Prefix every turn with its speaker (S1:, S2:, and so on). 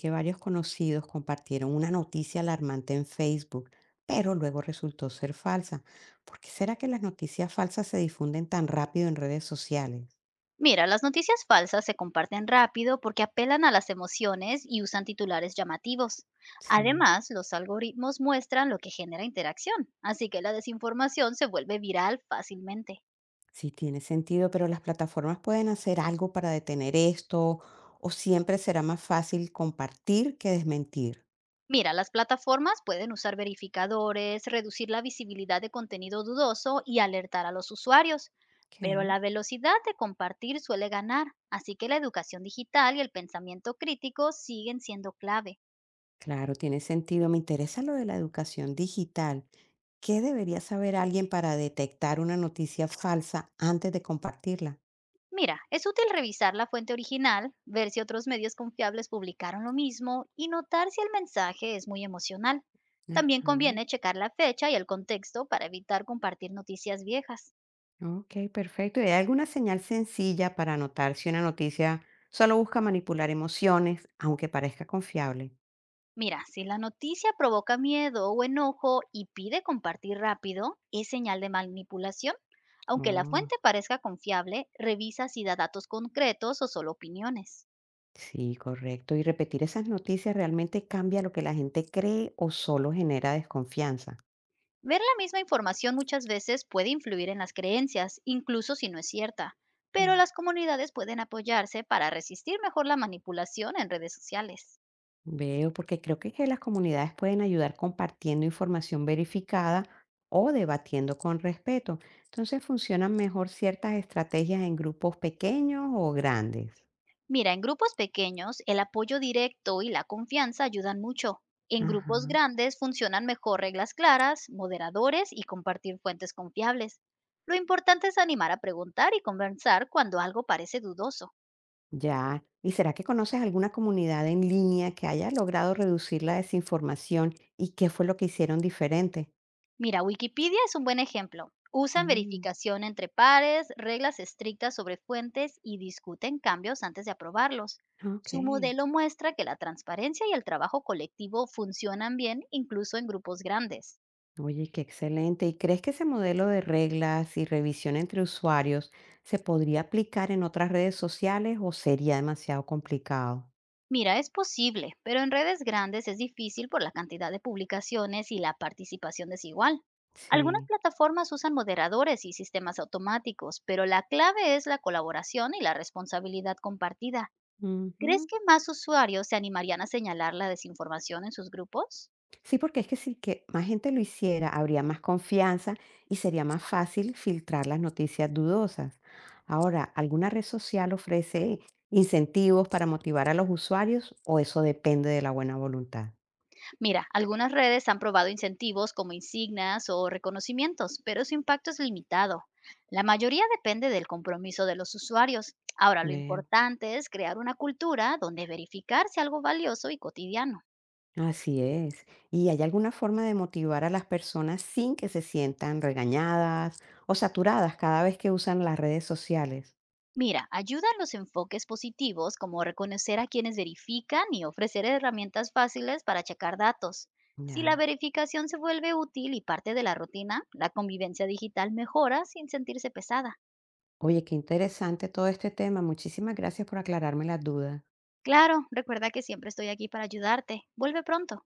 S1: Que varios conocidos compartieron una noticia alarmante en Facebook, pero luego resultó ser falsa. ¿Por qué será que las noticias falsas se difunden tan rápido en redes sociales?
S2: Mira, las noticias falsas se comparten rápido porque apelan a las emociones y usan titulares llamativos.
S1: Sí,
S2: Además, los algoritmos muestran lo que genera interacción, así que la desinformación se vuelve viral fácilmente.
S1: sí tiene sentido, pero las plataformas pueden hacer algo para detener esto, o siempre será más fácil compartir que desmentir.
S2: Mira, las plataformas pueden usar verificadores, reducir la visibilidad de contenido dudoso y alertar a los usuarios,
S1: Ok.
S2: pero la velocidad de compartir suele ganar, así que la educación digital y el pensamiento crítico siguen siendo clave.
S1: Claro, tiene sentido. Me interesa lo de la educación digital. ¿Qué debería saber alguien para detectar una noticia falsa antes de compartirla?
S2: Mira, es útil revisar la fuente original, ver si otros medios confiables publicaron lo mismo y notar si el mensaje es muy emocional. También
S1: Ajá.
S2: conviene checar la fecha y el contexto para evitar compartir noticias viejas.
S1: Ok, perfecto. ¿Y hay alguna señal sencilla para notar si una noticia solo busca manipular emociones, aunque parezca confiable?
S2: Mira, si la noticia provoca miedo o enojo y pide compartir rápido, es señal de manipulación. Aunque la
S1: Oh,
S2: fuente parezca confiable, revisa si da datos concretos o solo opiniones.
S1: sí, correcto. ¿Y repetir esas noticias realmente cambia lo que la gente cree o solo genera desconfianza?
S2: Ver la misma información muchas veces puede influir en las creencias, incluso si no es cierta, pero
S1: Mm.
S2: las comunidades pueden apoyarse para resistir mejor la manipulación en redes sociales.
S1: Veo, porque creo que las comunidades pueden ayudar compartiendo información verificada o debatiendo con respeto. Entonces, ¿funcionan mejor ciertas estrategias en grupos pequeños o grandes?
S2: Mira, en grupos pequeños, el apoyo directo y la confianza ayudan mucho. En grupos
S1: Ajá.
S2: grandes funcionan mejor reglas claras, moderadores y compartir fuentes confiables. Lo importante es animar a preguntar y conversar cuando algo parece dudoso.
S1: Ya. ¿Y será que conoces alguna comunidad en línea que haya logrado reducir la desinformación y qué fue lo que hicieron diferente?
S2: Mira, Wikipedia es un buen ejemplo. Usan
S1: Mm,
S2: verificación entre pares, reglas estrictas sobre fuentes y discuten cambios antes de aprobarlos.
S1: ok.
S2: Su modelo muestra que la transparencia y el trabajo colectivo funcionan bien incluso en grupos grandes.
S1: Oye, qué excelente. ¿Y crees que ese modelo de reglas y revisión entre usuarios se podría aplicar en otras redes sociales o sería demasiado complicado?
S2: Mira, es posible, pero en redes grandes es difícil por la cantidad de publicaciones y la participación desigual. Algunas
S1: Sí.
S2: plataformas usan moderadores y sistemas automáticos, pero la clave es la colaboración y la responsabilidad compartida. ¿Crees que más usuarios se animarían a señalar la desinformación en sus grupos?
S1: Sí, porque es que si que más gente lo hiciera, habría más confianza y sería más fácil filtrar las noticias dudosas. Ahora, ¿alguna red social ofrece incentivos para motivar a los usuarios o eso depende de la buena voluntad?
S2: Mira, algunas redes han probado incentivos como insignias o reconocimientos, pero su impacto es limitado. La mayoría depende del compromiso de los usuarios. Ahora, lo
S1: Veo.
S2: importante es crear una cultura donde verificar sea algo valioso y cotidiano.
S1: Así es. ¿Y hay alguna forma de motivar a las personas sin que se sientan regañadas o saturadas cada vez que usan las redes sociales?
S2: Mira, ayudan los enfoques positivos como reconocer a quienes verifican y ofrecer herramientas fáciles para checar datos. Si la
S1: Ya.
S2: verificación se vuelve útil y parte de la rutina, la convivencia digital mejora sin sentirse pesada.
S1: Oye, qué interesante todo este tema. Muchísimas gracias por aclararme las dudas.
S2: Claro, recuerda que siempre estoy aquí para ayudarte. Vuelve pronto.